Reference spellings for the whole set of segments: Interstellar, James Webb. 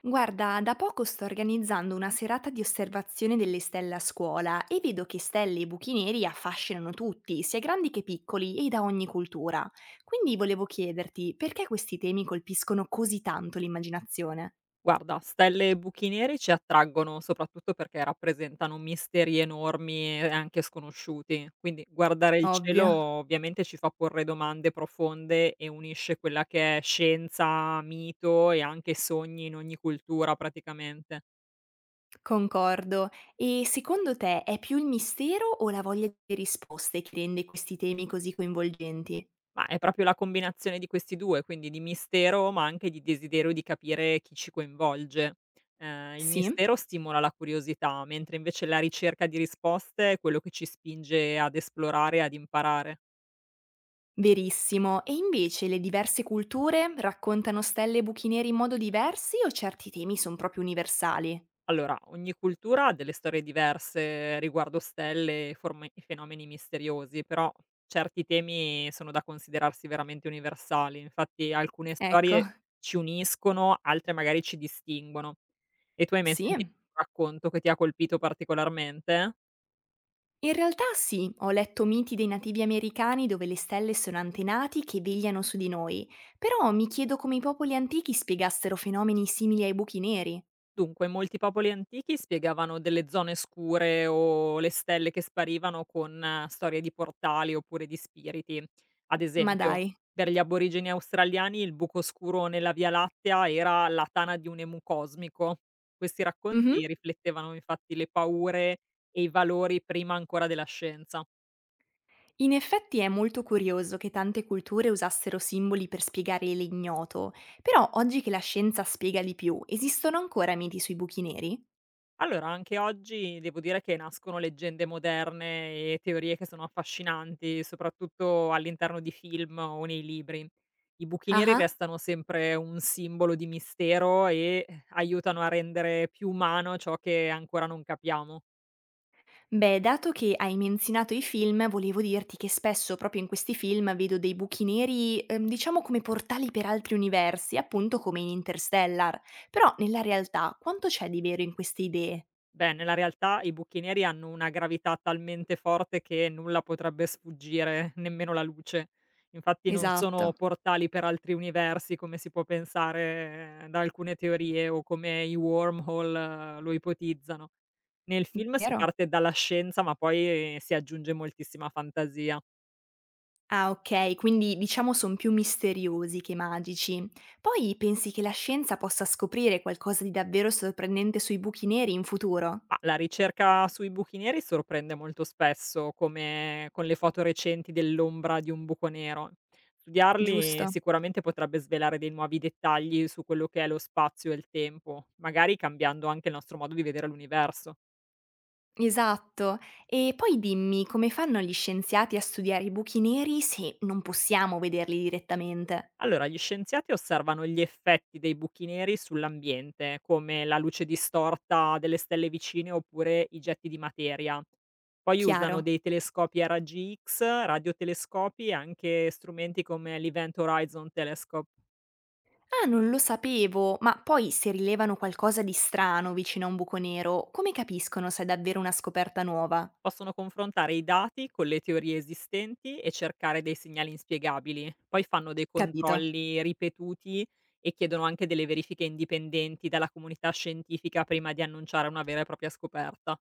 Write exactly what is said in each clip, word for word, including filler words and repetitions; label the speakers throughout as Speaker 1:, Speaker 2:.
Speaker 1: Guarda, da poco sto organizzando una serata di osservazione delle stelle a scuola e vedo che stelle e buchi neri affascinano tutti, sia grandi che piccoli e da ogni cultura. Quindi volevo chiederti perché questi temi colpiscono così tanto l'immaginazione?
Speaker 2: Guarda, stelle e buchi neri ci attraggono soprattutto perché rappresentano misteri enormi e anche sconosciuti. Quindi guardare il cielo
Speaker 1: Ovvio,
Speaker 2: ovviamente ci fa porre domande profonde e unisce quella che è scienza, mito e anche sogni in ogni cultura praticamente.
Speaker 1: concordo. E secondo te è più il mistero o la voglia di risposte che rende questi temi così coinvolgenti?
Speaker 2: Ma è proprio la combinazione di questi due, quindi di mistero, ma anche di desiderio di capire chi ci coinvolge. Ehm, il
Speaker 1: Sì?
Speaker 2: mistero stimola la curiosità, mentre invece la ricerca di risposte è quello che ci spinge ad esplorare e ad imparare.
Speaker 1: Verissimo. E invece le diverse culture raccontano stelle e buchi neri in modo diversi o certi temi sono proprio universali?
Speaker 2: Allora, ogni cultura ha delle storie diverse riguardo stelle e forme- e fenomeni misteriosi, però certi temi sono da considerarsi veramente universali. Infatti, alcune
Speaker 1: Ecco.
Speaker 2: storie ci uniscono, altre magari ci distinguono. E tu hai mai
Speaker 1: Sì.
Speaker 2: sentito un racconto che ti ha colpito particolarmente?
Speaker 1: In realtà sì, ho letto miti dei nativi americani dove le stelle sono antenati che vegliano su di noi, però mi chiedo come i popoli antichi spiegassero fenomeni simili ai buchi neri.
Speaker 2: Dunque, molti popoli antichi spiegavano delle zone scure o le stelle che sparivano con eh, storie di portali oppure di spiriti. Ad
Speaker 1: Ma
Speaker 2: esempio,
Speaker 1: dai.
Speaker 2: per gli aborigeni australiani il buco scuro nella Via Lattea era la tana di un emu cosmico. Questi
Speaker 1: Mhm.
Speaker 2: racconti riflettevano infatti le paure e i valori prima ancora della scienza.
Speaker 1: In effetti è molto curioso che tante culture usassero simboli per spiegare l'ignoto, però oggi che la scienza spiega di più, esistono ancora miti sui buchi neri?
Speaker 2: Allora, anche oggi devo dire che nascono leggende moderne e teorie che sono affascinanti, soprattutto all'interno di film o nei libri. I buchi neri
Speaker 1: Ah.
Speaker 2: restano sempre un simbolo di mistero e eh, aiutano a rendere più umano ciò che ancora non capiamo.
Speaker 1: Beh, dato che hai menzionato i film, volevo dirti che spesso proprio in questi film vedo dei buchi neri, ehm, diciamo come portali per altri universi, appunto come in Interstellar. Però nella realtà quanto c'è di vero in queste idee?
Speaker 2: Beh, nella realtà i buchi neri hanno una gravità talmente forte che nulla potrebbe sfuggire, nemmeno la luce. Infatti non sono
Speaker 1: Esatto.
Speaker 2: portali per altri universi come si può pensare eh, da alcune teorie o come i wormhole eh, lo ipotizzano. Nel film si
Speaker 1: Vero?
Speaker 2: parte dalla scienza, ma poi eh, si aggiunge moltissima fantasia.
Speaker 1: Ah, okay, quindi diciamo son più misteriosi che magici. Poi pensi che la scienza possa scoprire qualcosa di davvero sorprendente sui buchi neri in futuro?
Speaker 2: Ma la ricerca sui buchi neri sorprende molto spesso, come con le foto recenti dell'ombra di un buco nero. Studiarli
Speaker 1: Giusto.
Speaker 2: sicuramente potrebbe svelare dei nuovi dettagli su quello che è lo spazio e il tempo, magari cambiando anche il nostro modo di vedere l'universo.
Speaker 1: Esatto. E poi dimmi, come fanno gli scienziati a studiare i buchi neri se non possiamo vederli direttamente?
Speaker 2: Allora, gli scienziati osservano gli effetti dei buchi neri sull'ambiente, come la luce distorta delle stelle vicine oppure i getti di materia. Poi usano
Speaker 1: Chiaro.
Speaker 2: dei telescopi a raggi X, radiotelescopi e anche strumenti come l'Event Horizon Telescope.
Speaker 1: Ah, non lo sapevo, ma poi se rilevano qualcosa di strano vicino a un buco nero, come capiscono se è davvero una scoperta nuova?
Speaker 2: Possono confrontare i dati con le teorie esistenti e cercare dei segnali inspiegabili. Poi fanno dei
Speaker 1: Capito.
Speaker 2: controlli ripetuti e chiedono anche delle verifiche indipendenti dalla comunità scientifica prima di annunciare una vera e propria scoperta.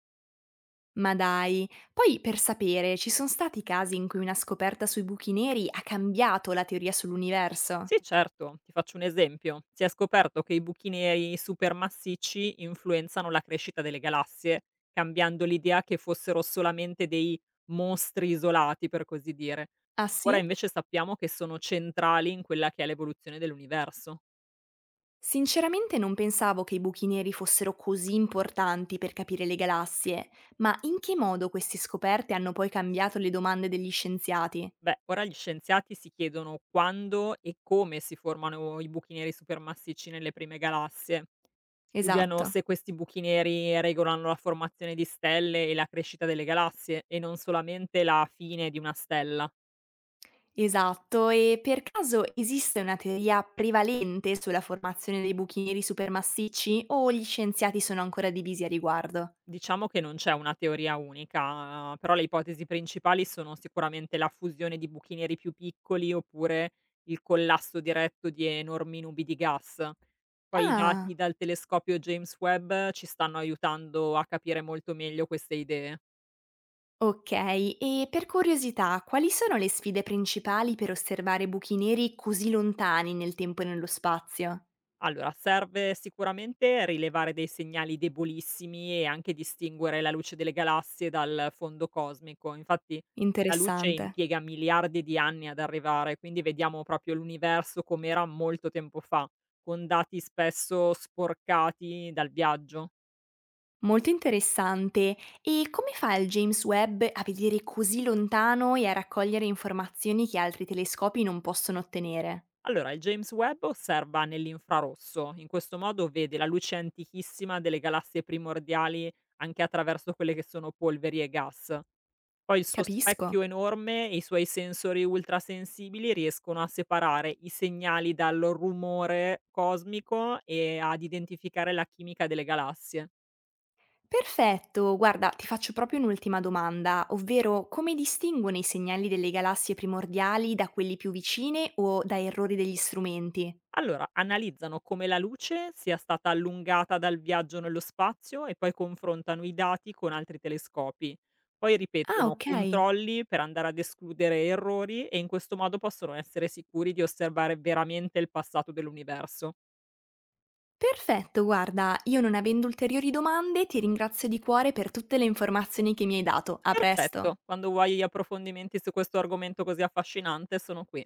Speaker 1: Ma dai, poi per sapere, ci son stati casi in cui una scoperta sui buchi neri ha cambiato la teoria sull'universo?
Speaker 2: Sì, certo, ti faccio un esempio. Si è scoperto che i buchi neri supermassicci influenzano la crescita delle galassie, cambiando l'idea che fossero solamente dei mostri isolati, per così dire.
Speaker 1: Ah
Speaker 2: Ora
Speaker 1: sì?
Speaker 2: invece sappiamo che sono centrali in quella che è l'evoluzione dell'universo.
Speaker 1: Sinceramente non pensavo che i buchi neri fossero così importanti per capire le galassie, ma in che modo queste scoperte hanno poi cambiato le domande degli scienziati?
Speaker 2: Beh, ora gli scienziati si chiedono quando e come si formano i buchi neri supermassicci nelle prime galassie. Studiano
Speaker 1: Esatto.
Speaker 2: se questi buchi neri regolano la formazione di stelle e la crescita delle galassie e non solamente la fine di una stella.
Speaker 1: Esatto, e per caso esiste una teoria prevalente sulla formazione dei buchi neri supermassicci o gli scienziati sono ancora divisi a riguardo?
Speaker 2: Diciamo che non c'è una teoria unica, però le ipotesi principali sono sicuramente la fusione di buchi neri più piccoli oppure il collasso diretto di enormi nubi di gas. Poi i
Speaker 1: Ah.
Speaker 2: dati dal telescopio James Webb ci stanno aiutando a capire molto meglio queste idee.
Speaker 1: Okay, e per curiosità, quali sono le sfide principali per osservare buchi neri così lontani nel tempo e nello spazio?
Speaker 2: Allora, serve sicuramente rilevare dei segnali debolissimi e anche distinguere la luce delle galassie dal fondo cosmico. Infatti, la luce
Speaker 1: Interessante.
Speaker 2: impiega miliardi di anni ad arrivare, quindi vediamo proprio l'universo com'era molto tempo fa, con dati spesso sporcati dal viaggio.
Speaker 1: Molto interessante. E come fa il James Webb a vedere così lontano e a raccogliere informazioni che altri telescopi non possono ottenere?
Speaker 2: Allora, il James Webb osserva nell'infrarosso, in questo modo vede la luce antichissima delle galassie primordiali anche attraverso quelle che sono polveri e gas. Poi il suo
Speaker 1: Capisco.
Speaker 2: specchio enorme e i suoi sensori ultrasensibili riescono a separare i segnali dal rumore cosmico e ad identificare la chimica delle galassie.
Speaker 1: Perfetto, guarda, ti faccio proprio un'ultima domanda, ovvero come distinguono i segnali delle galassie primordiali da quelli più vicine o da errori degli strumenti?
Speaker 2: Allora, analizzano come la luce sia stata allungata dal viaggio nello spazio e poi confrontano i dati con altri telescopi. Poi
Speaker 1: Ah,
Speaker 2: ripetono
Speaker 1: ok.
Speaker 2: controlli per andare ad escludere errori e in questo modo possono essere sicuri di osservare veramente il passato dell'universo.
Speaker 1: Perfetto, guarda, io non avendo ulteriori domande ti ringrazio di cuore per tutte le informazioni che mi hai dato. A presto!
Speaker 2: Perfetto, quando vuoi approfondimenti su questo argomento così affascinante sono qui.